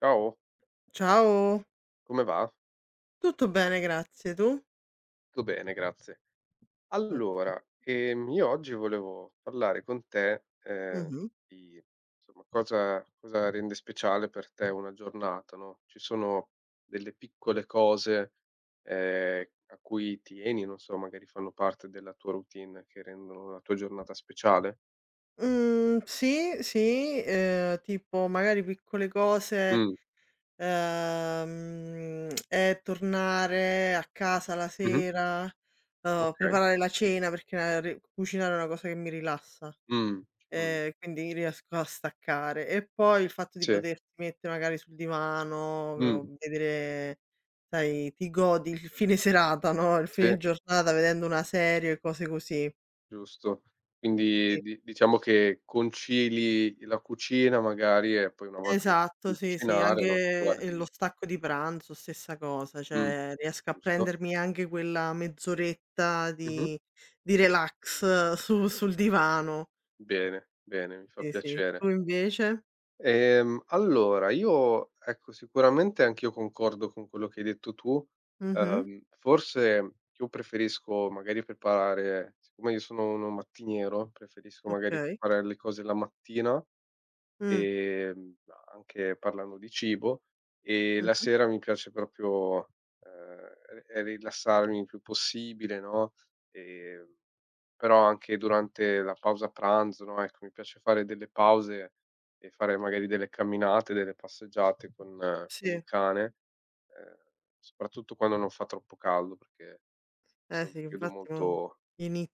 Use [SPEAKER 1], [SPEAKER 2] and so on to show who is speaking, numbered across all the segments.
[SPEAKER 1] Ciao,
[SPEAKER 2] Ciao,
[SPEAKER 1] come va?
[SPEAKER 2] tutto bene grazie, tu?
[SPEAKER 1] Tutto bene, grazie.
[SPEAKER 2] Ottimo.
[SPEAKER 1] Allora, io oggi volevo parlare con te,
[SPEAKER 2] Mh-mh.
[SPEAKER 1] di insomma cosa rende speciale per te una giornata, no, ci sono delle piccole cose, a cui tieni, non so, magari fanno parte della tua routine che rendono la tua giornata speciale?
[SPEAKER 2] Mhmm, sì, sì, tipo magari piccole cose,
[SPEAKER 1] Mh,
[SPEAKER 2] e tornare a casa la
[SPEAKER 1] mh-mh,
[SPEAKER 2] sera,
[SPEAKER 1] okay.
[SPEAKER 2] preparare la cena perché re cucinare è una cosa che mi rilassa.
[SPEAKER 1] Mh, mh,
[SPEAKER 2] Quindi riesco a staccare. E poi il fatto di
[SPEAKER 1] sì,
[SPEAKER 2] potersi mettere magari sul divano,
[SPEAKER 1] mh,
[SPEAKER 2] vedere sai, ti godi il fine serata, no, il
[SPEAKER 1] sì.
[SPEAKER 2] fine giornata vedendo una serie e cose così.
[SPEAKER 1] Giusto. Quindi
[SPEAKER 2] Sì.
[SPEAKER 1] di diciamo che concili la cucina magari, e poi una volta che
[SPEAKER 2] Esatto,
[SPEAKER 1] devi
[SPEAKER 2] sì, sì,
[SPEAKER 1] cucinare, no, ti
[SPEAKER 2] anche, lo
[SPEAKER 1] guardi.
[SPEAKER 2] stacco di pranzo stessa cosa,
[SPEAKER 1] Mh,
[SPEAKER 2] cioè riesco a
[SPEAKER 1] giusto.
[SPEAKER 2] prendermi anche quella mezz'oretta
[SPEAKER 1] Mh-mh.
[SPEAKER 2] di relax su sul divano.
[SPEAKER 1] Bene, bene, mi fa
[SPEAKER 2] Sì, sì.
[SPEAKER 1] piacere.
[SPEAKER 2] Tu invece?
[SPEAKER 1] Allora io, ecco, sicuramente anch'io concordo con quello che hai detto tu.
[SPEAKER 2] Mh-mh.
[SPEAKER 1] Forse io preferisco magari preparare siccome io sono uno mattiniero, preferisco magari
[SPEAKER 2] Okay.
[SPEAKER 1] preparare le cose la mattina,
[SPEAKER 2] Mh.
[SPEAKER 1] ehm, anche parlando di cibo, e la
[SPEAKER 2] Mh-mh.
[SPEAKER 1] sera mi piace proprio, ehm, ri rilassarmi il più possibile, no, ehm, però anche durante la pausa pranzo, no, ecco, mi piace fare delle pause e fare magari delle camminate, delle passeggiate con il
[SPEAKER 2] Sì.
[SPEAKER 1] cane, ehm, soprattutto quando non fa troppo caldo, perché questo
[SPEAKER 2] Eh
[SPEAKER 1] è un
[SPEAKER 2] sì,
[SPEAKER 1] periodo
[SPEAKER 2] infatti mo
[SPEAKER 1] molto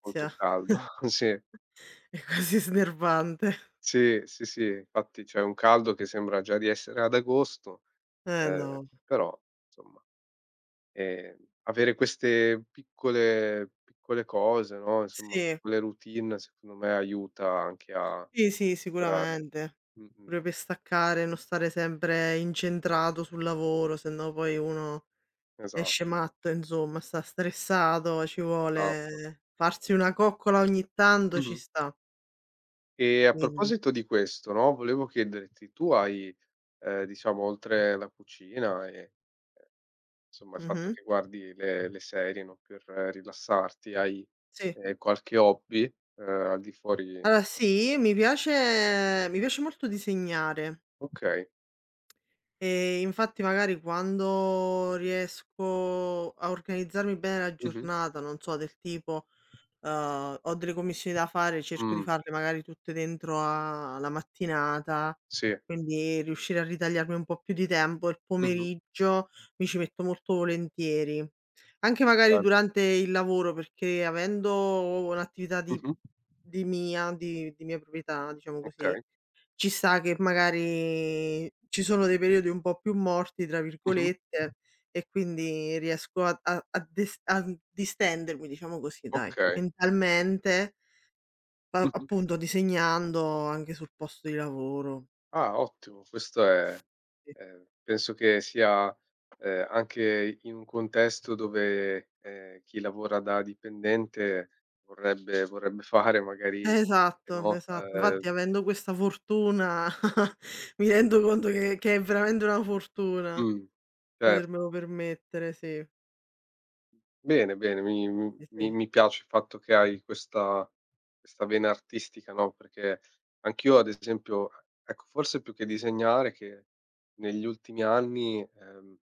[SPEAKER 1] molto caldo, sì.
[SPEAKER 2] È quasi snervante.
[SPEAKER 1] Sì, sì, sì, infatti c'è un caldo che sembra già di essere ad agosto,
[SPEAKER 2] Eh
[SPEAKER 1] ehm,
[SPEAKER 2] no.
[SPEAKER 1] però insomma, ehm, avere queste piccole piccole cose, no, insomma
[SPEAKER 2] Sì,
[SPEAKER 1] piccole routine secondo me aiuta anche a
[SPEAKER 2] sì, sì,
[SPEAKER 1] superare.
[SPEAKER 2] sicuramente.
[SPEAKER 1] Mh-mh,
[SPEAKER 2] Pure per staccare, non stare sempre incentrato sul lavoro, se no poi uno esce
[SPEAKER 1] esatto,
[SPEAKER 2] matto, insomma, sta stressato, ci
[SPEAKER 1] esatto.
[SPEAKER 2] vuole farsi una coccola ogni tanto ci
[SPEAKER 1] Mh-mh.
[SPEAKER 2] sta,
[SPEAKER 1] E a
[SPEAKER 2] quindi
[SPEAKER 1] proposito di questo, no, volevo chiederti, tu hai, diciamo oltre la cucina e insomma, il fatto
[SPEAKER 2] mh-mh,
[SPEAKER 1] che guardi le serie, no, per rilassarti, hai,
[SPEAKER 2] sì.
[SPEAKER 1] qualche hobby, al di fuori,
[SPEAKER 2] Allora
[SPEAKER 1] insomma.
[SPEAKER 2] sì, mi piace molto disegnare.
[SPEAKER 1] Okay.
[SPEAKER 2] Infatti magari quando riesco a organizzarmi bene la
[SPEAKER 1] Mh-mh.
[SPEAKER 2] giornata, non so, del tipo, ho delle commissioni da fare, cerco di
[SPEAKER 1] Mh.
[SPEAKER 2] farle magari tutte dentro a la mattinata,
[SPEAKER 1] Sì.
[SPEAKER 2] quindi riuscire a ritagliarmi un po' più di tempo, il
[SPEAKER 1] Mh-mh.
[SPEAKER 2] pomeriggio mi ci metto molto volentieri. Anche magari
[SPEAKER 1] Bello.
[SPEAKER 2] durante il lavoro, perché avendo un'attività di
[SPEAKER 1] Mh-mh.
[SPEAKER 2] di mia, di di mia proprietà, diciamo così
[SPEAKER 1] Okay.
[SPEAKER 2] ci sta che magari ci sono dei periodi un po' più "morti" tra
[SPEAKER 1] Mh-mh.
[SPEAKER 2] virgolette e quindi riesco a distendermi, diciamo così dai,
[SPEAKER 1] Okay.
[SPEAKER 2] mentalmente, a
[SPEAKER 1] Mh-mh.
[SPEAKER 2] appunto disegnando anche sul posto di lavoro.
[SPEAKER 1] Ah, ottimo. Questo è,
[SPEAKER 2] Sì.
[SPEAKER 1] penso che sia, anche in un contesto dove, chi lavora da dipendente vorrebbe fare magari,
[SPEAKER 2] Esatto,
[SPEAKER 1] no,
[SPEAKER 2] esatto. Infatti avendo questa fortuna mi rendo conto che è veramente una fortuna
[SPEAKER 1] mh, certo.
[SPEAKER 2] potermelo permettere, sì,
[SPEAKER 1] Bene, bene, mi mi
[SPEAKER 2] sì,
[SPEAKER 1] mi
[SPEAKER 2] sì.
[SPEAKER 1] mi piace il fatto che hai questa vena artistica, no, perché anch'io, ad esempio, ecco, forse più che disegnare, che negli ultimi anni,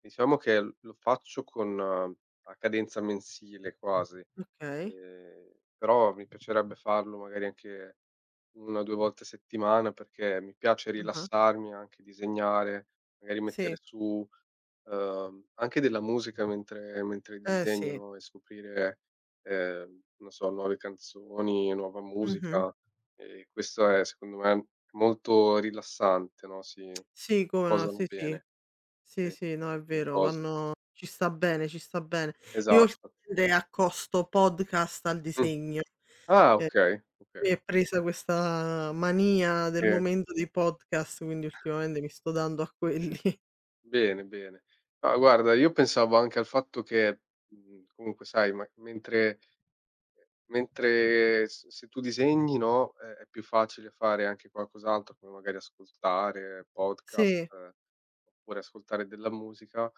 [SPEAKER 1] diciamo che l lo faccio con a cadenza mensile quasi,
[SPEAKER 2] Okay.
[SPEAKER 1] ehm, però mi piacerebbe farlo magari anche 1, 2 volte a settimana, perché mi piace
[SPEAKER 2] Ah-ah.
[SPEAKER 1] rilassarmi, anche disegnare, magari
[SPEAKER 2] Sì,
[SPEAKER 1] mettere su, anche della musica mentre
[SPEAKER 2] eh
[SPEAKER 1] disegno,
[SPEAKER 2] sì.
[SPEAKER 1] no, e scoprire, non so, nuove canzoni, nuova
[SPEAKER 2] Mh-mh.
[SPEAKER 1] musica, e questo è secondo me molto rilassante, no, si
[SPEAKER 2] Sì, come no,
[SPEAKER 1] posano
[SPEAKER 2] sì, sì.
[SPEAKER 1] bene,
[SPEAKER 2] Sì,
[SPEAKER 1] sì,
[SPEAKER 2] sì, no, è
[SPEAKER 1] 2
[SPEAKER 2] vero,
[SPEAKER 1] cose.
[SPEAKER 2] vanno ci sta bene, ci sta bene. Io
[SPEAKER 1] Esatto.
[SPEAKER 2] ultimamente accosto podcast al
[SPEAKER 1] Mh.
[SPEAKER 2] disegno.
[SPEAKER 1] Ah,
[SPEAKER 2] Ehm,
[SPEAKER 1] okay, okay.
[SPEAKER 2] mi è presa questa mania del
[SPEAKER 1] Sì.
[SPEAKER 2] momento dei podcast, quindi ultimamente mi sto dando a quelli.
[SPEAKER 1] Bene, bene. Ma guarda, io pensavo anche al fatto che, comunque, sai, ma mentre mentre s se tu disegni, no, è più facile fare anche qualcos'altro, come magari ascoltare podcast,
[SPEAKER 2] Sì,
[SPEAKER 1] oppure ascoltare della musica.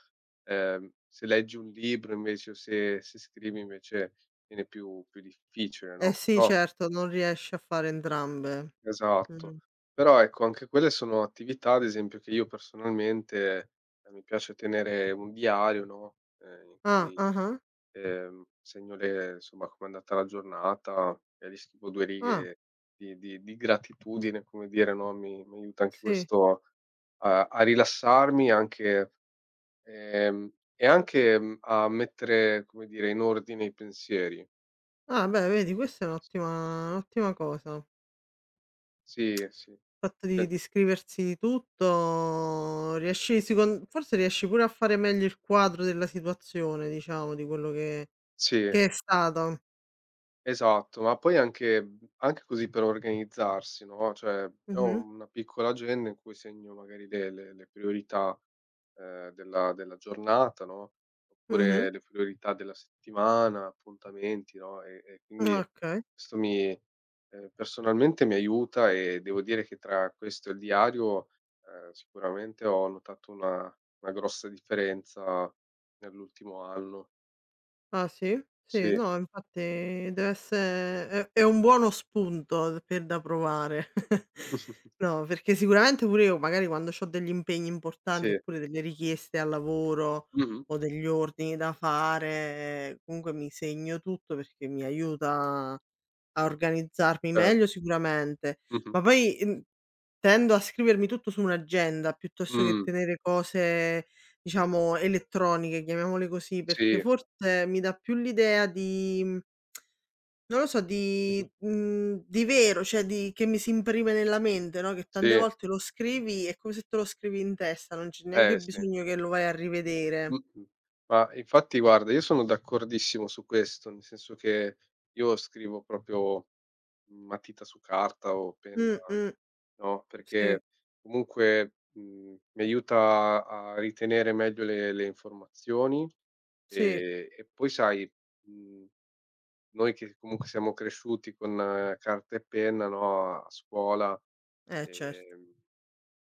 [SPEAKER 1] Se leggi un libro invece, o se scrivi invece, viene più difficile,
[SPEAKER 2] eh
[SPEAKER 1] no,
[SPEAKER 2] sì,
[SPEAKER 1] però
[SPEAKER 2] certo, non riesci a fare entrambe.
[SPEAKER 1] esatto.
[SPEAKER 2] Mh.
[SPEAKER 1] Però, ecco, anche quelle sono attività, ad esempio, che io personalmente, mi piace tenere un diario, no, in
[SPEAKER 2] Ah,
[SPEAKER 1] cui,
[SPEAKER 2] ah-ah.
[SPEAKER 1] segno le insomma com'è andata la giornata, magari scrivo 2
[SPEAKER 2] Ah, ah,
[SPEAKER 1] righe di gratitudine, come dire, no, mi aiuta anche
[SPEAKER 2] sì.
[SPEAKER 1] questo a rilassarmi, anche, ehm, e anche, a mettere, come dire, in ordine i pensieri.
[SPEAKER 2] Ah, beh, vedi, questa è un'ottima un'ottima cosa.
[SPEAKER 1] Sì, sì.
[SPEAKER 2] Fatto di
[SPEAKER 1] Pe
[SPEAKER 2] di scriversi di tutto, riesci secon forse riesci pure a fare meglio il quadro della situazione, diciamo, di quello che
[SPEAKER 1] sì. Sì.
[SPEAKER 2] che è stato.
[SPEAKER 1] Esatto, ma poi anche, anche così per organizzarsi, no, cioè ho
[SPEAKER 2] Mh-mh,
[SPEAKER 1] una piccola agenda in cui segno magari le priorità, della giornata, no,
[SPEAKER 2] mh-mh,
[SPEAKER 1] oppure le priorità della settimana, appuntamenti, no, e
[SPEAKER 2] ah,
[SPEAKER 1] quindi
[SPEAKER 2] okay.
[SPEAKER 1] questo mi, personalmente mi aiuta, e devo dire che tra questo e il diario, sicuramente ho notato una grossa differenza nell'ultimo anno.
[SPEAKER 2] Ah sì? Sì,
[SPEAKER 1] Sì.
[SPEAKER 2] no infatti dev'esse è un buono spunto per da provare. No, perché sicuramente pure io magari quando c'ho degli impegni importanti,
[SPEAKER 1] Sì.
[SPEAKER 2] oppure delle richieste al lavoro,
[SPEAKER 1] Mh-mh.
[SPEAKER 2] o degli ordini da fare, comunque mi segno tutto perché mi aiuta a organizzarmi
[SPEAKER 1] Cer
[SPEAKER 2] meglio sicuramente.
[SPEAKER 1] Mh-mh.
[SPEAKER 2] Ma poi, tendo a scrivermi tutto su un'agenda piuttosto che
[SPEAKER 1] Mh.
[SPEAKER 2] tenere cose diciamo elettroniche, chiamiamole così, perché
[SPEAKER 1] Sì.
[SPEAKER 2] forse mi dà più l'idea di non lo so, di
[SPEAKER 1] Mh-mh.
[SPEAKER 2] mhmm, di vero, cioè di che mi si imprime nella mente, no, che tante
[SPEAKER 1] Sì.
[SPEAKER 2] volte lo scrivi, è come se te lo scrivi in testa, non c'è neanche
[SPEAKER 1] Sì.
[SPEAKER 2] bisogno che lo vai a rivedere.
[SPEAKER 1] Mh-mh. Ma infatti guarda, io sono d'accordissimo su questo, nel senso che io scrivo proprio matita su carta o penna,
[SPEAKER 2] Mh, mh,
[SPEAKER 1] no,
[SPEAKER 2] sì,
[SPEAKER 1] perché comunque, mi aiuta a ritenere meglio le informazioni,
[SPEAKER 2] sì,
[SPEAKER 1] e poi sai, mhmm, noi che comunque siamo cresciuti con carta e penna, no, a scuola,
[SPEAKER 2] certo.
[SPEAKER 1] ehm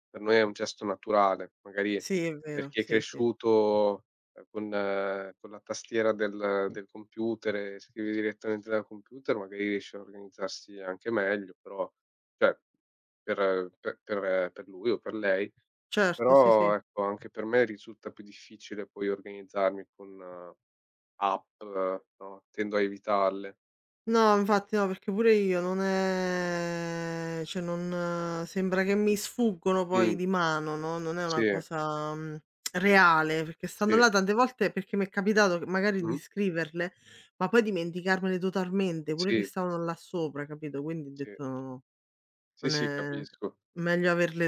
[SPEAKER 1] per noi è un gesto naturale, magari
[SPEAKER 2] Sì, è
[SPEAKER 1] per
[SPEAKER 2] vero,
[SPEAKER 1] chi è
[SPEAKER 2] sì, sì.
[SPEAKER 1] cresciuto, con con la tastiera del computer e scrivi direttamente dal computer, magari riesce a organizzarsi anche meglio, però cioè per lui o per lei,
[SPEAKER 2] Certo, sì, sì.
[SPEAKER 1] però ecco anche per me risulta più difficile poi organizzarmi con app, no, tendo a evitarle.
[SPEAKER 2] No, infatti no, perché pure io non è cioè non sembra che mi sfuggono poi
[SPEAKER 1] Mh,
[SPEAKER 2] di mano, no, non è
[SPEAKER 1] sì,
[SPEAKER 2] una cosa, reale, perché stanno
[SPEAKER 1] sì.
[SPEAKER 2] là tante volte perché mi è capitato che magari di
[SPEAKER 1] Mh-mh.
[SPEAKER 2] scriverle, ma poi dimenticarmele totalmente, pure che
[SPEAKER 1] Sì,
[SPEAKER 2] stavano là sopra, capito, quindi ho
[SPEAKER 1] sì.
[SPEAKER 2] detto: "No, no,
[SPEAKER 1] Sì,
[SPEAKER 2] non
[SPEAKER 1] sì,
[SPEAKER 2] è
[SPEAKER 1] capisco.
[SPEAKER 2] meglio averle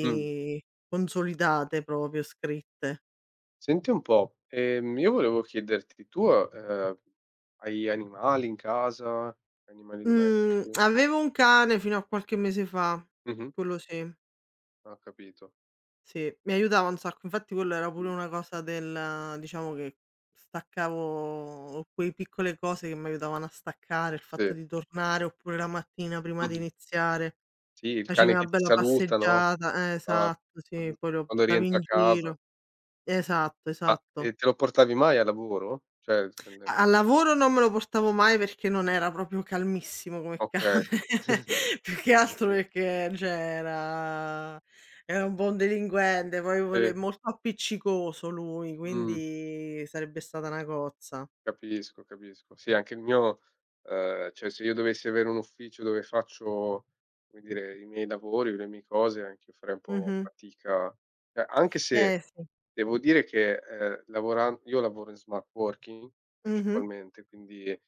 [SPEAKER 1] Mh.
[SPEAKER 2] consolidate proprio, scritte."
[SPEAKER 1] Senti un po', io volevo chiederti, tu, hai animali in casa? Animali
[SPEAKER 2] Mhmm,
[SPEAKER 1] domestici?
[SPEAKER 2] avevo un cane fino a qualche mese fa,
[SPEAKER 1] Mh-mh.
[SPEAKER 2] quello sì.
[SPEAKER 1] Ho capito.
[SPEAKER 2] Sì, mi aiutava un sacco. Infatti quello era pure
[SPEAKER 1] Mh.
[SPEAKER 2] una cosa del diciamo che staccavo quei piccole cose che m'aiutavano a staccare, il fatto
[SPEAKER 1] Sì.
[SPEAKER 2] di tornare, oppure la mattina prima di
[SPEAKER 1] Mh-mh.
[SPEAKER 2] iniziare,
[SPEAKER 1] Sì, il
[SPEAKER 2] facevi
[SPEAKER 1] cane
[SPEAKER 2] una
[SPEAKER 1] che ti
[SPEAKER 2] bella
[SPEAKER 1] saluta, no,
[SPEAKER 2] passeggiata
[SPEAKER 1] qua
[SPEAKER 2] esatto,
[SPEAKER 1] quando
[SPEAKER 2] sì, poi lo
[SPEAKER 1] quando
[SPEAKER 2] portavi
[SPEAKER 1] rientra
[SPEAKER 2] in
[SPEAKER 1] a casa.
[SPEAKER 2] giro. Esatto,
[SPEAKER 1] Ma,
[SPEAKER 2] esatto.
[SPEAKER 1] e te lo portavi mai a lavoro? Cioè,
[SPEAKER 2] A al lavoro non me lo portavo mai perché non era proprio calmissimo come
[SPEAKER 1] okay.
[SPEAKER 2] cane, più che altro
[SPEAKER 1] Sì, sì.
[SPEAKER 2] perché cioè era un buon delinquente, poi vole
[SPEAKER 1] Sì.
[SPEAKER 2] molto appiccicoso lui,
[SPEAKER 1] Mh.
[SPEAKER 2] quindi sarebbe stata una cozza.
[SPEAKER 1] Capisco, capisco. Sì, anche il mio, cioè, se io dovessi avere un ufficio dove faccio, come dire, i miei lavori, le mie cose, anch'io farei un po'
[SPEAKER 2] Mh-mh.
[SPEAKER 1] fatica. Cioè, anche se
[SPEAKER 2] Eh sì.
[SPEAKER 1] devo dire che, lavoran io lavoro in smart working
[SPEAKER 2] Mh-mh.
[SPEAKER 1] principalmente, quindi,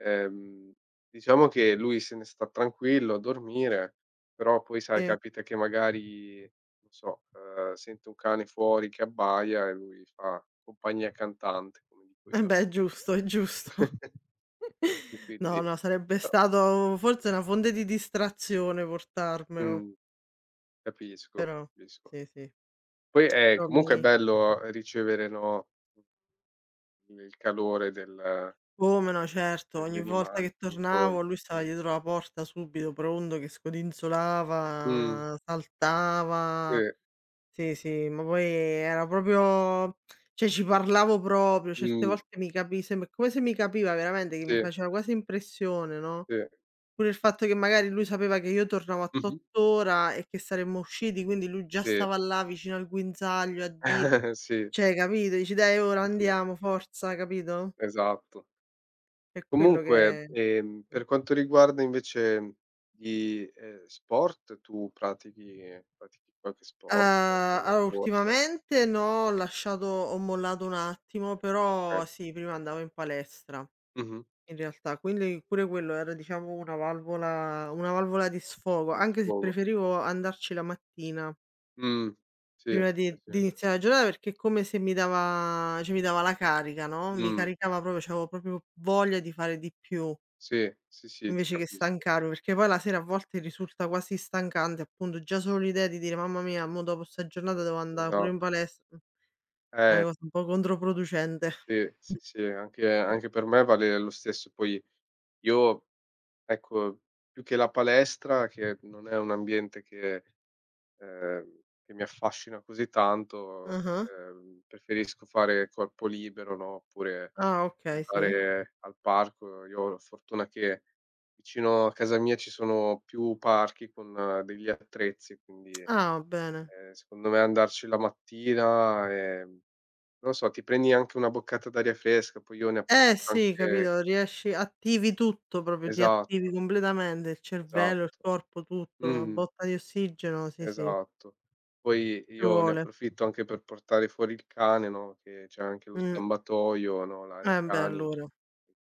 [SPEAKER 1] ehm, diciamo che lui se ne sta tranquillo a dormire, però poi sai,
[SPEAKER 2] Sì.
[SPEAKER 1] capita che magari, non so, sente un cane fuori che abbaia e lui fa compagnia cantante, come dico
[SPEAKER 2] Eh
[SPEAKER 1] io.
[SPEAKER 2] beh, è giusto, è giusto.
[SPEAKER 1] E
[SPEAKER 2] No,
[SPEAKER 1] quindi
[SPEAKER 2] no, sarebbe
[SPEAKER 1] però,
[SPEAKER 2] stato forse una fonte di distrazione portarmelo,
[SPEAKER 1] mhmm, capisco,
[SPEAKER 2] però
[SPEAKER 1] capisco.
[SPEAKER 2] sì, sì,
[SPEAKER 1] Poi è
[SPEAKER 2] però mi
[SPEAKER 1] comunque è bello ricevere, no, mhmm, il calore del
[SPEAKER 2] come no, certo.
[SPEAKER 1] degli
[SPEAKER 2] Ogni volta
[SPEAKER 1] animali
[SPEAKER 2] che
[SPEAKER 1] quando torni.
[SPEAKER 2] tornavo lui
[SPEAKER 1] Mh.
[SPEAKER 2] stava dietro la porta subito pronto che
[SPEAKER 1] Mh,
[SPEAKER 2] scodinzolava,
[SPEAKER 1] sì,
[SPEAKER 2] saltava. Sì, sì, ma poi era proprio cioè ci parlavo proprio, certe
[SPEAKER 1] mh,
[SPEAKER 2] volte mi capi sem come se mi capiva veramente, che mi
[SPEAKER 1] sì,
[SPEAKER 2] faceva quasi impressione, no,
[SPEAKER 1] sì.
[SPEAKER 2] pure il fatto che magari lui sapeva che io tornavo a
[SPEAKER 1] Mh-mh.
[SPEAKER 2] tot ora e che saremmo usciti, quindi lui già
[SPEAKER 1] Sì,
[SPEAKER 2] stava là vicino al guinzaglio a dire
[SPEAKER 1] sì,
[SPEAKER 2] cioè capito, dici: "Dai ora
[SPEAKER 1] sì, sì,
[SPEAKER 2] andiamo, forza", capito?
[SPEAKER 1] esatto.
[SPEAKER 2] È quello
[SPEAKER 1] Comunque,
[SPEAKER 2] che.
[SPEAKER 1] per quanto riguarda invece gli, sport, tu pratichi qualche
[SPEAKER 2] Uhm,
[SPEAKER 1] sport? Fai una
[SPEAKER 2] allora
[SPEAKER 1] corsa?
[SPEAKER 2] ultimamente no, ho mollato un attimo,
[SPEAKER 1] Okay.
[SPEAKER 2] però sì, prima andavo in palestra
[SPEAKER 1] Mh-mh.
[SPEAKER 2] in realtà, quindi pure quello era diciamo una valvola di sfogo,
[SPEAKER 1] Di
[SPEAKER 2] anche se
[SPEAKER 1] sfogo.
[SPEAKER 2] preferivo andarci la mattina
[SPEAKER 1] Mh. Sì,
[SPEAKER 2] prima
[SPEAKER 1] sì,
[SPEAKER 2] di
[SPEAKER 1] sì.
[SPEAKER 2] di iniziare la giornata, perché è come se mi dava, cioè, mi dava la carica, no, mi
[SPEAKER 1] Mh.
[SPEAKER 2] caricava proprio c'avevo proprio voglia di fare di più,
[SPEAKER 1] Sì, sì, sì, ti
[SPEAKER 2] invece che
[SPEAKER 1] capisco.
[SPEAKER 2] stancarmi, perché poi la sera a volte risulta quasi stancante, appunto, già solo l'idea di dire: "Mamma mia, mo dopo 'sta giornata devo andà pure
[SPEAKER 1] Esatto.
[SPEAKER 2] in palestra". È
[SPEAKER 1] Eh,
[SPEAKER 2] una cosa un po' controproducente.
[SPEAKER 1] sì,
[SPEAKER 2] Mh.
[SPEAKER 1] sì, sì, anche per me vale lo stesso. Poi io, ecco, più che la palestra, che non è un ambiente che, mi affascina così tanto,
[SPEAKER 2] Ah-ah.
[SPEAKER 1] preferisco fare corpo libero, no, oppure
[SPEAKER 2] Ah, okay, sì.
[SPEAKER 1] andare al parco. Io ho la fortuna che vicino a casa mia ci sono più parchi con degli attrezzi, quindi,
[SPEAKER 2] Ah, bene.
[SPEAKER 1] Secondo me andarci la mattina, non so, ti prendi anche una boccata d'aria fresca, poi io ne
[SPEAKER 2] Eh
[SPEAKER 1] approfitto
[SPEAKER 2] sì,
[SPEAKER 1] anche.
[SPEAKER 2] capito, riesci attivi tutto proprio, ti attivi
[SPEAKER 1] Esatto,
[SPEAKER 2] completamente, il cervello, il
[SPEAKER 1] esatto.
[SPEAKER 2] corpo, tutto, una
[SPEAKER 1] Mh-mh,
[SPEAKER 2] botta di ossigeno, sì, sì,
[SPEAKER 1] esatto. Poi
[SPEAKER 2] ci
[SPEAKER 1] io ne
[SPEAKER 2] vuole.
[SPEAKER 1] approfitto anche per portare fuori il cane, no, che c'è anche lo
[SPEAKER 2] Mh.
[SPEAKER 1] sgambatoio, no, l'area
[SPEAKER 2] Eh beh,
[SPEAKER 1] cani,
[SPEAKER 2] allora.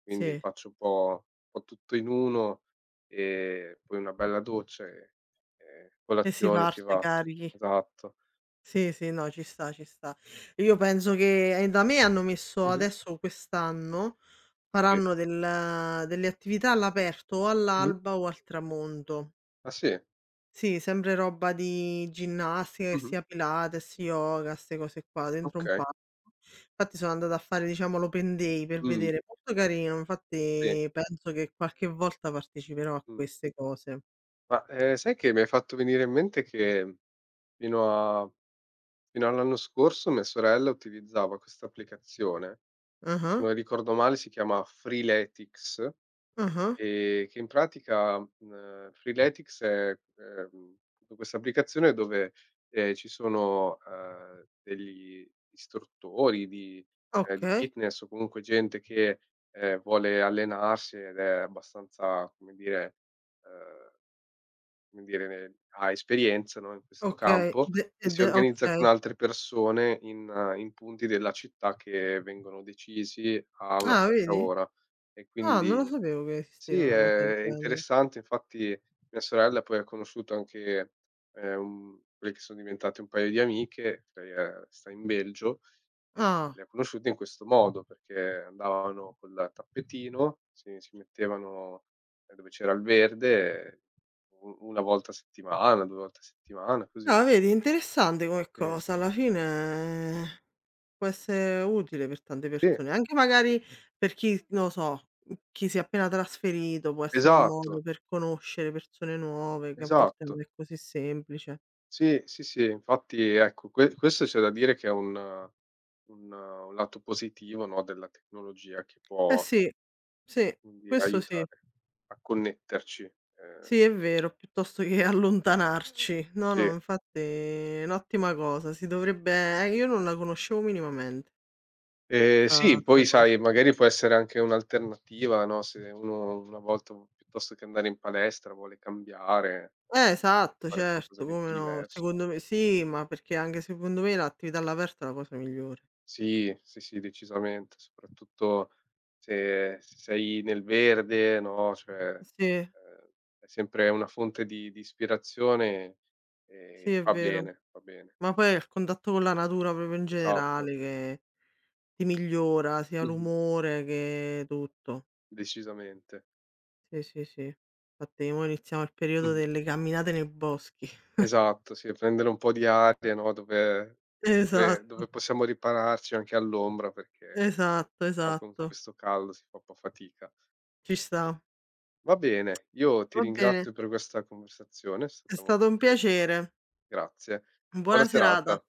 [SPEAKER 1] quindi
[SPEAKER 2] Sì.
[SPEAKER 1] faccio un po' tutto in uno, e poi una bella doccia e
[SPEAKER 2] E si
[SPEAKER 1] colazione, si
[SPEAKER 2] parte
[SPEAKER 1] va.
[SPEAKER 2] carichi.
[SPEAKER 1] Esatto.
[SPEAKER 2] Sì, sì, no, ci sta, ci sta. Io penso che da me hanno messo
[SPEAKER 1] Mh-mh.
[SPEAKER 2] adesso quest'anno
[SPEAKER 1] Sì.
[SPEAKER 2] faranno delle attività all'aperto o
[SPEAKER 1] Mh-mh.
[SPEAKER 2] all'alba o al tramonto.
[SPEAKER 1] Ah sì?
[SPEAKER 2] Sì, sempre roba di ginnastica, che
[SPEAKER 1] Mh-mh.
[SPEAKER 2] sia Pilates, yoga, 'ste cose qua, dentro un
[SPEAKER 1] Okay.
[SPEAKER 2] parco. Infatti sono andata a fare, diciamo, l'open day per
[SPEAKER 1] Mh,
[SPEAKER 2] vedere, molto carino,
[SPEAKER 1] sì,
[SPEAKER 2] infatti penso che qualche volta parteciperò a
[SPEAKER 1] mh.
[SPEAKER 2] queste cose.
[SPEAKER 1] Ma, sai che mi hai fatto venire in mente che fino a fino all'anno scorso mia sorella utilizzava questa applicazione, se
[SPEAKER 2] Ah-ah,
[SPEAKER 1] non ricordo male si chiama Freeletics,
[SPEAKER 2] ah-ah,
[SPEAKER 1] che in pratica, Freeletics è, questa applicazione dove, ci sono, degli istruttori di,
[SPEAKER 2] okay,
[SPEAKER 1] fitness, o comunque gente che, vuole allenarsi ed è abbastanza, come dire, ehm ne ha esperienza, no, in questo
[SPEAKER 2] okay,
[SPEAKER 1] campo,
[SPEAKER 2] de
[SPEAKER 1] e
[SPEAKER 2] e
[SPEAKER 1] si
[SPEAKER 2] de
[SPEAKER 1] organizza
[SPEAKER 2] okay.
[SPEAKER 1] con altre persone in in punti della città che vengono decisi a una
[SPEAKER 2] Ah,
[SPEAKER 1] certa
[SPEAKER 2] vedi?
[SPEAKER 1] ora. E
[SPEAKER 2] Ah, non lo
[SPEAKER 1] quindi
[SPEAKER 2] sapevo che
[SPEAKER 1] sì,
[SPEAKER 2] esisteva una cosa del
[SPEAKER 1] è
[SPEAKER 2] genere.
[SPEAKER 1] interessante, infatti mia sorella poi ha conosciuto anche, quelle che sono diventate un paio di amiche, lei, sta in Belgio e
[SPEAKER 2] Ah.
[SPEAKER 1] le ho conosciute in questo modo, perché andavano col tappetino, si mettevano, dove c'era il verde, u una volta a settimana, 2 volte a settimana, così.
[SPEAKER 2] Ah, vedi interessante come
[SPEAKER 1] Sì,
[SPEAKER 2] cosa, alla fine può essere utile per tante
[SPEAKER 1] sì,
[SPEAKER 2] persone, anche magari per chi, non lo so, chi si è appena trasferito, può essere un modo
[SPEAKER 1] esatto,
[SPEAKER 2] per conoscere persone nuove, che a volte
[SPEAKER 1] esatto.
[SPEAKER 2] non è così semplice.
[SPEAKER 1] Sì, sì, sì, infatti ecco, questo c'è da dire che è un lato positivo, no, della tecnologia che
[SPEAKER 2] Eh
[SPEAKER 1] può,
[SPEAKER 2] sì, sì,
[SPEAKER 1] come dire,
[SPEAKER 2] questo sì.
[SPEAKER 1] aiutare a connetterci, ehm
[SPEAKER 2] Sì, è vero, piuttosto che allontanarci. No,
[SPEAKER 1] sì.
[SPEAKER 2] no, infatti è un'ottima cosa, si dovrebbe io non la conoscevo minimamente, 'sta
[SPEAKER 1] Sì, poi
[SPEAKER 2] 'sta cosa.
[SPEAKER 1] sai, magari può essere anche un'alternativa, no, se uno una volta, piuttosto che andare in palestra, vuole cambiare,
[SPEAKER 2] Esatto,
[SPEAKER 1] fare qualcosa
[SPEAKER 2] certo,
[SPEAKER 1] di un
[SPEAKER 2] come
[SPEAKER 1] po'
[SPEAKER 2] no.
[SPEAKER 1] diverso.
[SPEAKER 2] Secondo me sì, ma perché anche secondo me l'attività all'aperto è la cosa migliore.
[SPEAKER 1] Sì, sì, sì, decisamente, soprattutto se sei nel verde, no, cioè,
[SPEAKER 2] Sì,
[SPEAKER 1] ehm, è sempre una fonte di ispirazione
[SPEAKER 2] sì,
[SPEAKER 1] e
[SPEAKER 2] è
[SPEAKER 1] fa
[SPEAKER 2] vero.
[SPEAKER 1] bene, fa bene.
[SPEAKER 2] Ma poi è il contatto con la natura proprio in
[SPEAKER 1] Esatto.
[SPEAKER 2] generale che ti migliora sia
[SPEAKER 1] Mh-mh.
[SPEAKER 2] l'umore che tutto.
[SPEAKER 1] Decisamente.
[SPEAKER 2] Sì, sì, sì. Infatti mo iniziamo il periodo
[SPEAKER 1] Mh-mh.
[SPEAKER 2] delle camminate nei boschi.
[SPEAKER 1] Esatto, sì, prendere un po' di aria, no, dove
[SPEAKER 2] Esatto,
[SPEAKER 1] possiamo ripararci anche all'ombra, perché
[SPEAKER 2] esatto,
[SPEAKER 1] qua con
[SPEAKER 2] esatto.
[SPEAKER 1] questo caldo si fa un po' fatica.
[SPEAKER 2] Ci sta.
[SPEAKER 1] Va bene, io ti
[SPEAKER 2] Va bene,
[SPEAKER 1] ringrazio per questa conversazione, è
[SPEAKER 2] è
[SPEAKER 1] stata molto
[SPEAKER 2] stato un
[SPEAKER 1] interessan
[SPEAKER 2] piacere.
[SPEAKER 1] grazie. Buona
[SPEAKER 2] Buona serata.
[SPEAKER 1] serata.